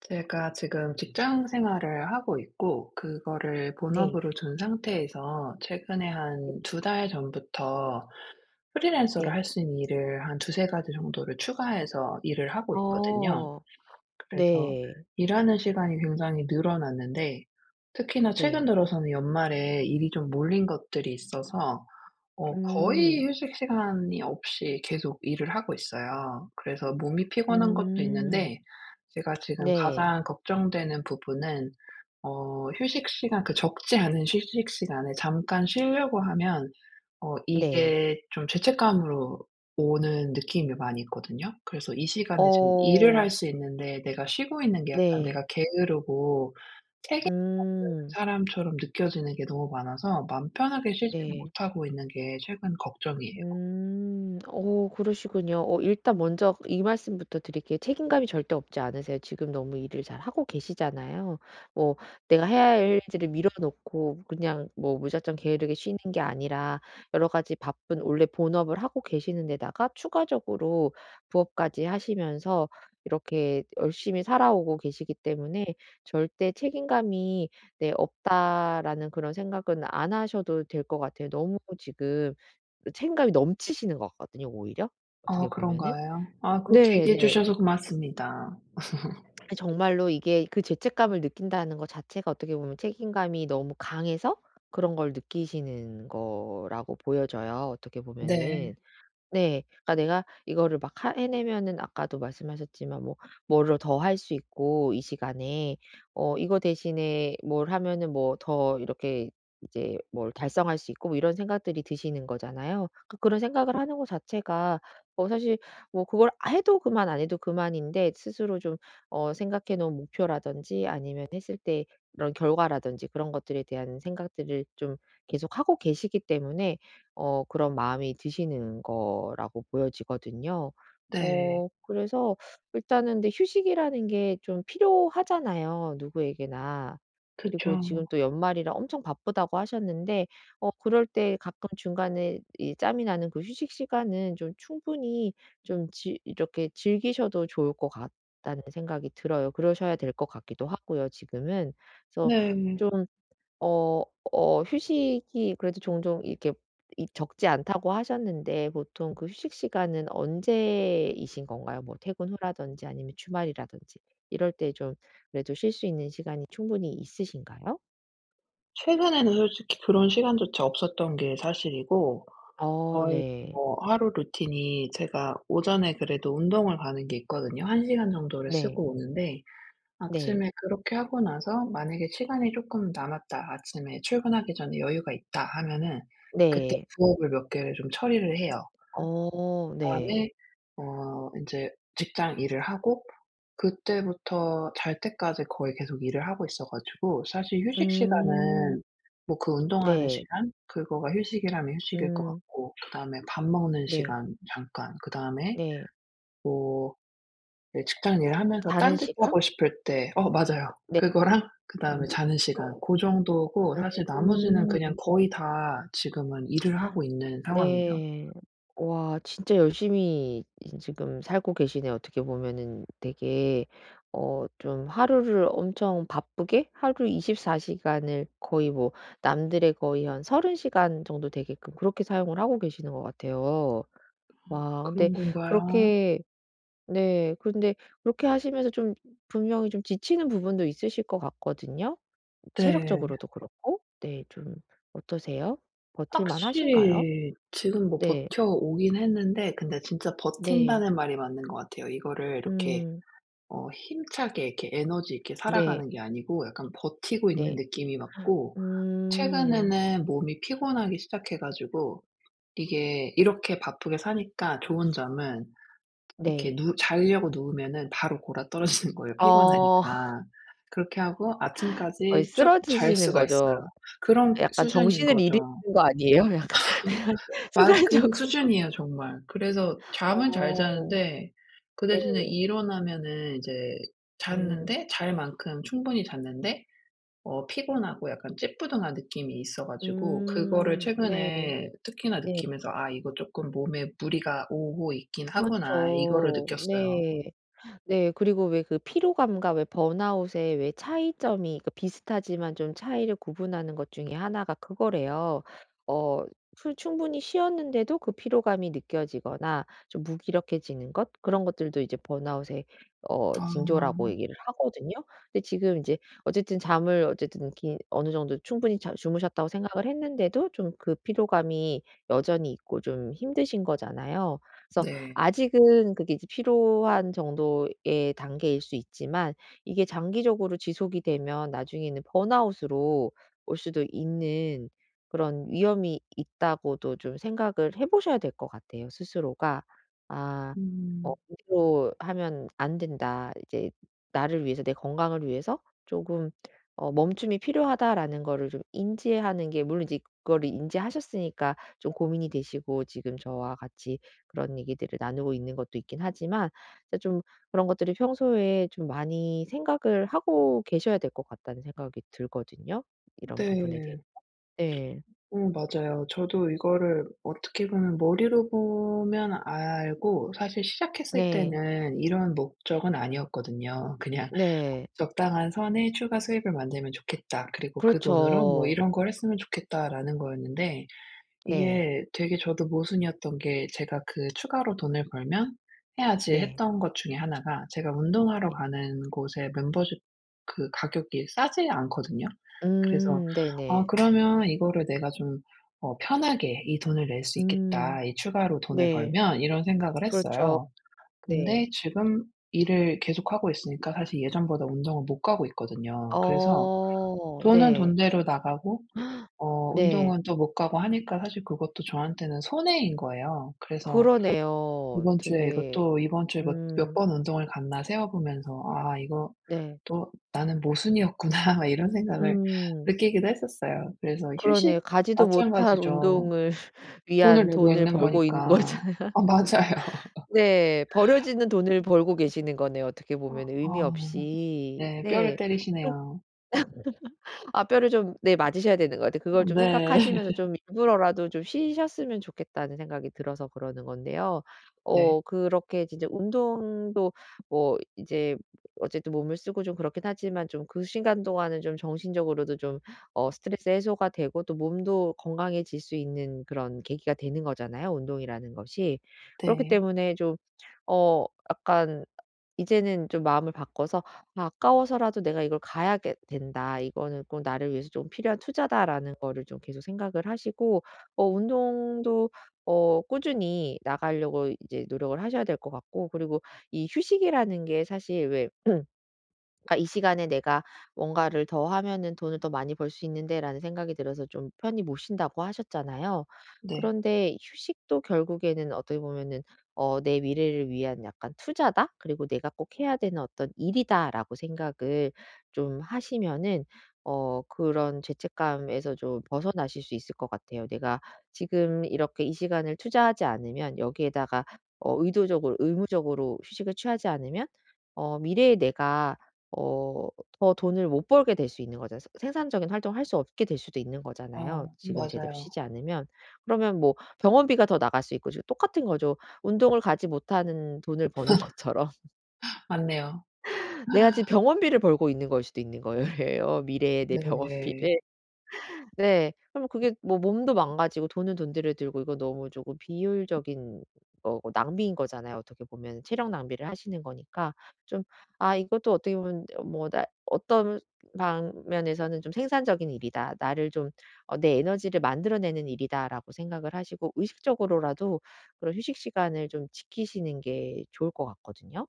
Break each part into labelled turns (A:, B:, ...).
A: 제가 지금 직장 생활을 하고 있고, 그거를
B: 네.
A: 본업으로 둔 상태에서 최근에
B: 네.
A: 한 두 달 전부터 프리랜서로
B: 네.
A: 할 수 있는 일을 한 두세 가지 정도를 추가해서 일을 하고 있거든요.
B: 어.
A: 그래서
B: 네.
A: 일하는 시간이 굉장히 늘어났는데, 특히나 최근
B: 네.
A: 들어서는 연말에 일이 좀 몰린 것들이 있어서
B: 음.
A: 거의 휴식 시간이 없이 계속 일을 하고 있어요. 그래서 몸이 피곤한 것도
B: 음.
A: 있는데, 제가 지금
B: 네.
A: 가장 걱정되는 부분은 휴식 시간, 그 적지 않은 휴식 시간에 잠깐 쉬려고 하면
B: 네.
A: 이게 좀 죄책감으로 오는 느낌이 많이 있거든요. 그래서 이 시간에 지금 일을 할
B: 어.
A: 수 있는데 내가 쉬고 있는 게, 약간
B: 네.
A: 내가 게으르고 책임
B: 음.
A: 사람처럼 느껴지는 게 너무 많아서 맘 편하게 쉬지를
B: 네.
A: 못하고 있는 게 최근 걱정이에요.
B: 음. 그러시군요. 일단 먼저 이 말씀부터 드릴게요. 책임감이 절대 없지 않으세요. 지금 너무 일을 잘하고 계시잖아요. 뭐 내가 해야 할 일들을 미뤄 놓고 그냥 뭐 무작정 게으르게 쉬는 게 아니라 여러 가지 바쁜 원래 본업을 하고 계시는 데다가 추가적으로 부업까지 하시면서 이렇게 열심히 살아오고 계시기 때문에 절대 '책임감이 네 없다.'라는 그런 생각은 안 하셔도 될 것 같아요. 너무 지금 책임감이 넘치시는 것 같거든요, 오히려
A: 아
B: 어떻게 보면은.
A: 그런가요? 아, 그렇게 얘기해
B: 네네.
A: 주셔서 고맙습니다.
B: 아 정말로 이게 그 죄책감을 느낀다는 것 자체가 어떻게 보면 책임감이 너무 강해서 그런 걸 느끼시는 거라고 보여져요, 어떻게
A: 네.
B: 보면은. 네. 그러니까 내가 이거를 막 하 해내면은 아까도 말씀하셨지만 뭐 뭐를 더 할 수 있고 이 시간에 이거 대신에 뭘 하면은 뭐 더 이렇게 이제 뭘 달성할 수 있고 뭐 이런 생각들이 드시는 거잖아요. 그런 생각을 하는 거 자체가 사실 뭐 그걸 해도 그만 안 해도 그만인데 스스로 좀 생각해 놓은 목표라든지 아니면 했을 때 그런 결과라든지 그런 것들에 대한 생각들을 좀 계속하고 계시기 때문에 그런 마음이 드시는 거라고 보여지거든요.
A: 네.
B: 그래서 일단은 근데 휴식이라는 게 좀 필요하잖아요, 누구에게나. 그리고
A: 그쵸.
B: 지금 또 연말이라 엄청 바쁘다고 하셨는데 그럴 때 가끔 중간에 이 짬이 나는 그 휴식 시간은 좀 충분히 좀 지 이렇게 즐기셔도 좋을 것 같다는 생각이 들어요. 그러셔야 될 것 같기도 하고요, 지금은. 그래서
A: 네.
B: 좀 어 휴식이 그래도 종종 이렇게 이 적지 않다고 하셨는데 보통 그 휴식 시간은 언제이신 건가요? 뭐 퇴근 후라든지 아니면 주말이라든지 이럴 때 좀 그래도 쉴 수 있는 시간이 충분히 있으신가요?
A: 최근에는 솔직히 그런 시간조차 없었던 게 사실이고,
B: 어
A: 거의
B: 네.
A: 뭐 하루 루틴이, 제가 오전에 그래도 운동을 가는 게 있거든요. 한 시간 정도를
B: 네.
A: 쓰고 오는데,
B: 네.
A: 아침에 그렇게 하고 나서 만약에 시간이 조금 남았다, 아침에 출근하기 전에 여유가 있다 하면은 그때
B: 네.
A: 부업을 몇 개를 좀 처리를 해요.
B: 어 네.
A: 그다음에 인제 직장 일을 하고, 그때부터 잘 때까지 거의 계속 일을 하고 있어 가지고, 사실 휴식
B: 음.
A: 시간은 뭐 그 운동하는
B: 네.
A: 시간, 그거가 휴식이라면 휴식일 것
B: 음.
A: 같고, 그다음에 밥 먹는
B: 네.
A: 시간 잠깐, 그다음에
B: 네.
A: 뭐 예 직장 일 하면서
B: 자는 시간?
A: 딴짓하고 싶을 때, 어 맞아요,
B: 네.
A: 그거랑 그다음에
B: 음.
A: 자는 시간, 고 정도고, 사실 나머지는
B: 음.
A: 그냥 거의 다 지금은 일을 하고 있는 상황이에요.
B: 네. 와, 진짜 열심히 이 지금 살고 계시네요. 어떻게 보면은 되게 어 좀 하루를 엄청 바쁘게 하루 24시간 시간을 거의 뭐 남들의 거의 한 30시간 시간 정도 되게끔 그렇게 사용을 하고 계시는 것 같아요. 와, 근데
A: 그런 건가요?
B: 그렇게 네 근데 그렇게 하시면서 좀 분명히 좀 지치는 부분도 있으실 것 같거든요.
A: 네.
B: 체력적으로도 그렇고. 네 좀 어떠세요? 버틸 만하신가요?
A: 확실히 지금 뭐
B: 네.
A: 버텨오긴 했는데, 근데 진짜
B: 네.
A: 버틴다는 말이 맞는 것 같아요. 이거를 이렇게
B: 음.
A: 힘차게 이렇게 에너지 있게
B: 네.
A: 살아가는 게 아니고, 약간 버티고 있는
B: 네.
A: 느낌이 맞고,
B: 음.
A: 최근에는 몸이 피곤하기 시작해 가지고, 이게 이렇게 바쁘게 사니까 좋은 점은,
B: 네.
A: 이렇게 누 자려고 누우면은 바로 골아떨어지는 거예요,
B: 어.
A: 피곤하니까. 그렇게 하고
B: 거의
A: 아침까지 쭉 잘
B: 쓰러지시는
A: 수가
B: 거죠.
A: 있어요. 그런
B: 약간
A: 수준인
B: 정신을
A: 거죠.
B: 잃으시는 거 아니에요? 약간 그냥
A: 맞 그
B: 순간적으로.
A: 수준이에요, 정말. 그래서 잠은 잘
B: 어.
A: 자는데 그
B: 네.
A: 대신에 일어나면은 이제,
B: 음.
A: 잤는데 잘 만큼 충분히 잤는데 피곤하고 약간 찌뿌둥한 느낌이 있어 가지고, 네. 그거를
B: 음. 네.
A: 최근에 특히나
B: 네.
A: 느끼면서, '아 이거 쪼끔 몸에 무리가 오고 있긴 하구나.' 이거를
B: 그렇죠.
A: 느꼈어요.
B: 네. 네. 그리고 왜 그 피로감과 왜 번아웃의 왜 차이점이 그 비슷하지만 좀 차이를 구분하는 것 중에 하나가 그거래요. 어 충분히 쉬었는데도 그 피로감이 느껴지거나 좀 무기력해지는 것 그런 것들도 이제 번아웃의 징조라고
A: 아
B: 얘기를 하거든요. 근데 지금 이제 어쨌든 잠을 어쨌든 긴 어느 정도 충분히 자 주무셨다고 생각을 했는데도 좀 그 피로감이 여전히 있고 좀 힘드신 거잖아요. 그래서
A: 네.
B: 아직은 그게 이제 필요한 정도의 단계일 수 있지만 이게 장기적으로 지속이 되면 나중에는 번아웃으로 올 수도 있는 그런 위험이 있다고도 좀 생각을 해 보셔야 될 것 같아요, 스스로가. '아 어
A: 음
B: 이대로 하면 안 된다. 이제 나를 위해서 내 건강을 위해서 조금 멈춤이 필요하다.'라는 거를 좀 인지하는 게, 물론 이제 그거를 인지하셨으니까 좀 고민이 되시고 지금 저와 같이 그런 얘기들을 나누고 있는 것도 있긴 하지만 이제 좀 그런 것들이 평소에 좀 많이 생각을 하고 계셔야 될 것 같다는 생각이 들거든요, 이런 부분에
A: 네.
B: 대해. 네.
A: 어 맞아요. 저도 이거를 어떻게 보면 머리로 보면 알고, 사실 시작했을
B: 네.
A: 때는 이런 목적은 아니었거든요. 그냥
B: 네.
A: '적당한 선에 추가 수입을 만들면 좋겠다. 그리고 그 돈으로 뭐
B: 그렇죠.
A: 이런 걸 했으면 좋겠다.'라는 거였는데,
B: 네.
A: 이게 되게 저도 모순이었던 게, 제가 그 추가로 돈을 벌면 해야지
B: 네.
A: 했던 것 중에 하나가, 제가 운동하러
B: 네.
A: 가는 곳의 멤버십, 그 가격이 싸지 않거든요. 그래서 '아
B: 네네.
A: 그러면 이거를 내가 좀 편하게 이 돈을 낼 수
B: 음
A: 있겠다, 이 추가로 돈을
B: 네.
A: 벌면.' 이런 생각을
B: 그렇죠.
A: 했어요.
B: 네.
A: 근데 지금 일을 계속하고 있으니까 사실 예전보다 운동을 못 가고 있거든요. 그래서
B: 어
A: 돈은
B: 네.
A: 돈대로 나가고,
B: 네.
A: 운동은 또 못 가고 하니까 사실 그것도 저한테는 손해인 거예요. 그래서
B: 그러네요.
A: 이번 주에
B: 되게
A: 몇
B: 음
A: 번 운동을 갔나 세어 보면서, '아 이거
B: 네.
A: 또 나는 모순이었구나.' 막 이런 생각을
B: 음
A: 느끼기도 했었어요. 그래서 휴식,
B: 그러네요. 가지도 못할
A: 마찬가지죠.
B: 운동을
A: 돈을
B: 위한
A: 내고
B: 돈을
A: 있는
B: 벌고 있는
A: 거니까.
B: 거잖아요.
A: 아 맞아요.
B: 네. 버려지는 돈을 벌고 계시는 거네요, 어떻게 보면 의미
A: 아
B: 없이.
A: 네. 뼈를
B: 네.
A: 때리시네요.
B: 아 뼈를 좀 네 맞으셔야 되는 것 같아요.
A: 아
B: 그걸 좀
A: 네.
B: 생각하시면서 좀 일부러라도 좀 쉬셨으면 좋겠다는 생각이 들어서 그러는 건데요.
A: 네.
B: 어 그렇게 진짜 운동도 뭐 이제 어쨌든 몸을 쓰고 좀 그렇긴 하지만 좀 그 시간 동안은 좀 정신적으로도 좀 스트레스 해소가 되고 또 몸도 건강해질 수 있는 그런 계기가 되는 거잖아요, 운동이라는 것이. 그렇기
A: 네.
B: 때문에 좀 어 약간 이제는 좀 마음을 바꿔서 아 아까워서라도 '내가 이걸 가야게 된다. 이거는 꼭 나를 위해서 좀 필요한 투자다.'라는 거를 좀 계속 생각을 하시고 어 운동도 꾸준히 나가려고 이제 노력을 하셔야 될 것 같고, 그리고 이 휴식이라는 게 사실 왜 그러니까 '이 시간에 내가 뭔가를 더 하면은 돈을 더 많이 벌 수 있는데.'라는 생각이 들어서 좀 편히 못 쉰다고 하셨잖아요.
A: 네.
B: 그런데 휴식도 결국에는 어떻게 보면은 '내 미래를 위한 약간 투자다. 그리고 내가 꼭 해야 되는 어떤 일이다.'라고 생각을 좀 하시면은 그런 죄책감에서 좀 벗어나실 수 있을 것 같아요. '내가 지금 이렇게 이 시간을 투자하지 않으면 여기에다가 의도적으로 의무적으로 휴식을 취하지 않으면 미래에 내가 어 더 돈을 못 벌게 될 수 있는 거잖아요. 생 생산적인 활동을 할 수 없게 될 수도 있는
A: 아
B: 거잖아요, 지금 제대로
A: 맞아요.
B: 쉬지 않으면. 그러면 뭐 병원비가 더 나갈 수 있고, 지금 똑같은 거죠. 운동을 가지 못하는 돈을 버는 것처럼
A: 맞네요.
B: 내가 지금 병원비를 벌고 있는 걸 수도 있는 거예요, 미래의 내
A: 네.
B: 병원비를. 네. 그럼 그게 뭐 몸도 망가지고 돈은 돈대로 들고 이거 너무 조금 비효율적인 거고 낭비인 거잖아요. 어떻게 보면 체력 낭비를 하시는 거니까 좀 아 이것도 어떻게 보면 뭐 나 어떤 방면에서는 좀 '생산적인 일이다. 나를 좀 내 에너지를 만들어내는 일이다.'라고 생각을 하시고 의식적으로라도 그런 휴식 시간을 좀 지키시는 게 좋을 것 같거든요.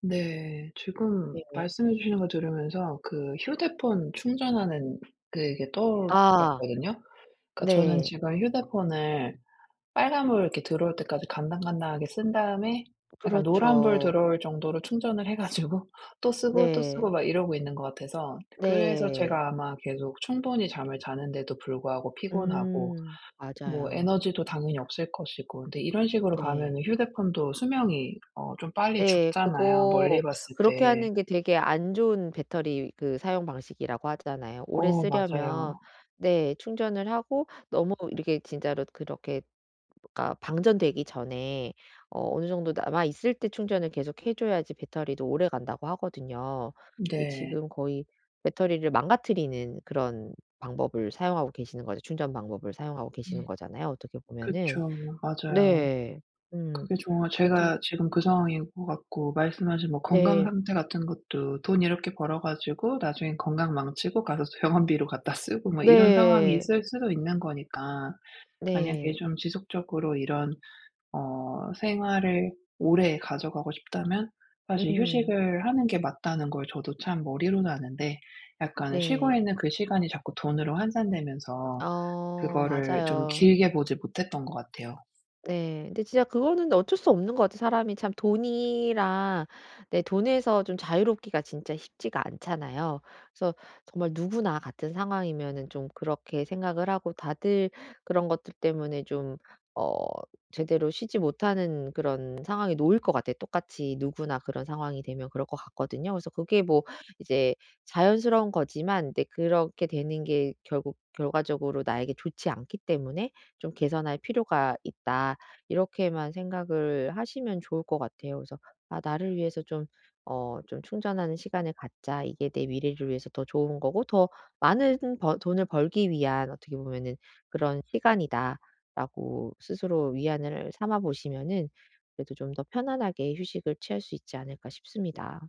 A: 네. 지금
B: 네.
A: 말씀해 주시는 거 들으면서 그 휴대폰 충전하는, 그게
B: 아.
A: 떠올랐거든요. 그러니까 저는
B: 네.
A: 지금 휴대폰을 빨간불 이렇게 들어올 때까지 간당간당하게 쓴 다음에, 약간 노란불
B: 그렇죠.
A: 들어올 정도로 충전을 해 가지고 또 쓰고, 또 쓰고
B: 네.
A: 막 이러고 있는 것 같아서, 그래서
B: 네.
A: 제가 아마 계속 충분히 잠을 자는데도 불구하고 피곤하고,
B: 음.
A: 뭐
B: 맞아요.
A: 에너지도 당연히 없을 것이고, 근데 이런 식으로
B: 네.
A: 가면은 휴대폰도 수명이 좀 빨리
B: 네.
A: 죽잖아요, 멀리
B: 그거
A: 봤을 때.
B: 그렇게 하는 게 되게 안 좋은 배터리 그 사용 방식이라고 하잖아요. 오래
A: 어
B: 쓰려면
A: 맞아요.
B: 네 충전을 하고 너무 이렇게 진짜로 그렇게, 그러니까 방전되기 전에 어느 정도 남아 있을 때 충전을 계속 해 줘야지 배터리도 오래간다고 하거든요. 근데
A: 네.
B: 지금 거의 배터리를 망가뜨리는 그런 방법을 사용하고 계시는 거죠. 충전 방법을 사용하고 계시는 거잖아요, 어떻게 보면은.
A: 그쵸. 맞아요.
B: 네. 음.
A: 그게 정말
B: 그래도
A: 제가 지금 그 상황인 것 같고, 말씀하신 뭐 건강
B: 네.
A: 상태 같은 것도, 돈 이렇게 벌어 가지고 나중에 건강 망치고 가서 병원비로 갖다 쓰고 뭐 이런 상황이
B: 네.
A: 있을 수도 있는 거니까, 만약에
B: 네.
A: 좀 지속적으로 이런 생활을 오래 가져가고 싶다면, 사실
B: 음.
A: 휴식을 하는 게 맞다는 걸 저도 참 머리로는 아는데, 약간 쉬고
B: 네.
A: 있는 그 시간이 자꾸 돈으로 환산되면서
B: 어
A: 그거를 좀
B: 맞아요.
A: 길게 보지 못했던 것 같아요.
B: 네. 근데 진짜 그거는 어쩔 수 없는 것 같아요. 사람이 참 돈이랑 네 돈에서 좀 자유롭기가 진짜 쉽지가 않잖아요. 그래서 정말 누구나 같은 상황이면은 좀 그렇게 생각을 하고 다들 그런 것들 때문에 좀 어 제대로 쉬지 못하는 그런 상황에 놓일 것 같아요. 똑같이 누구나 그런 상황이 되면 그럴 것 같거든요. 그래서 그게 뭐 이제 자연스러운 거지만 근데 그렇게 되는 게 결국 결과적으로 나에게 좋지 않기 때문에 좀 '개선할 필요가 있다.' 이렇게만 생각을 하시면 좋을 것 같아요. 그래서 '아 나를 위해서 좀 좀 충전하는 시간을 갖자. 이게 내 미래를 위해서 더 좋은 거고 더 많은 버 돈을 벌기 위한 어떻게 보면은 그런 시간이다.'라고 스스로 위안을 삼아 보시면은 그래도 좀 더 편안하게 휴식을 취할 수 있지 않을까 싶습니다.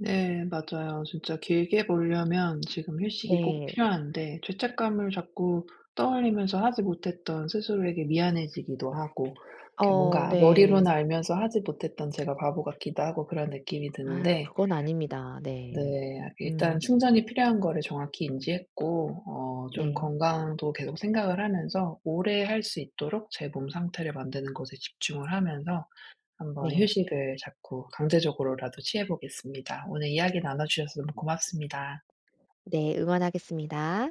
A: 네 맞아요. 진짜 길게 보려면 지금 휴식이 꼭
B: 네.
A: 필요한데, 죄책감을 자꾸 떠올리면서 하지 못했던 스스로에게 미안해지기도 하고, 이렇게
B: 어
A: 뭔가 머리로는
B: 네.
A: 알면서 하지 못했던 제가 바보 같기도 하고 그런 느낌이
B: 아
A: 드는데,
B: 그건 아닙니다. 네.
A: 네. 아 일단
B: 음.
A: 충전이 필요한 거를 정확히 인지했고, 좀
B: 네.
A: 건강도 계속 생각을 하면서 오래 할 수 있도록 제 몸 상태를 만드는 것에 집중을 하면서, 한번
B: 네.
A: 휴식을 자꾸 강제적으로라도 취해 보겠습니다. 오늘 이야기 나눠 주셔서 너무 고맙습니다.
B: 네. 응원하겠습니다.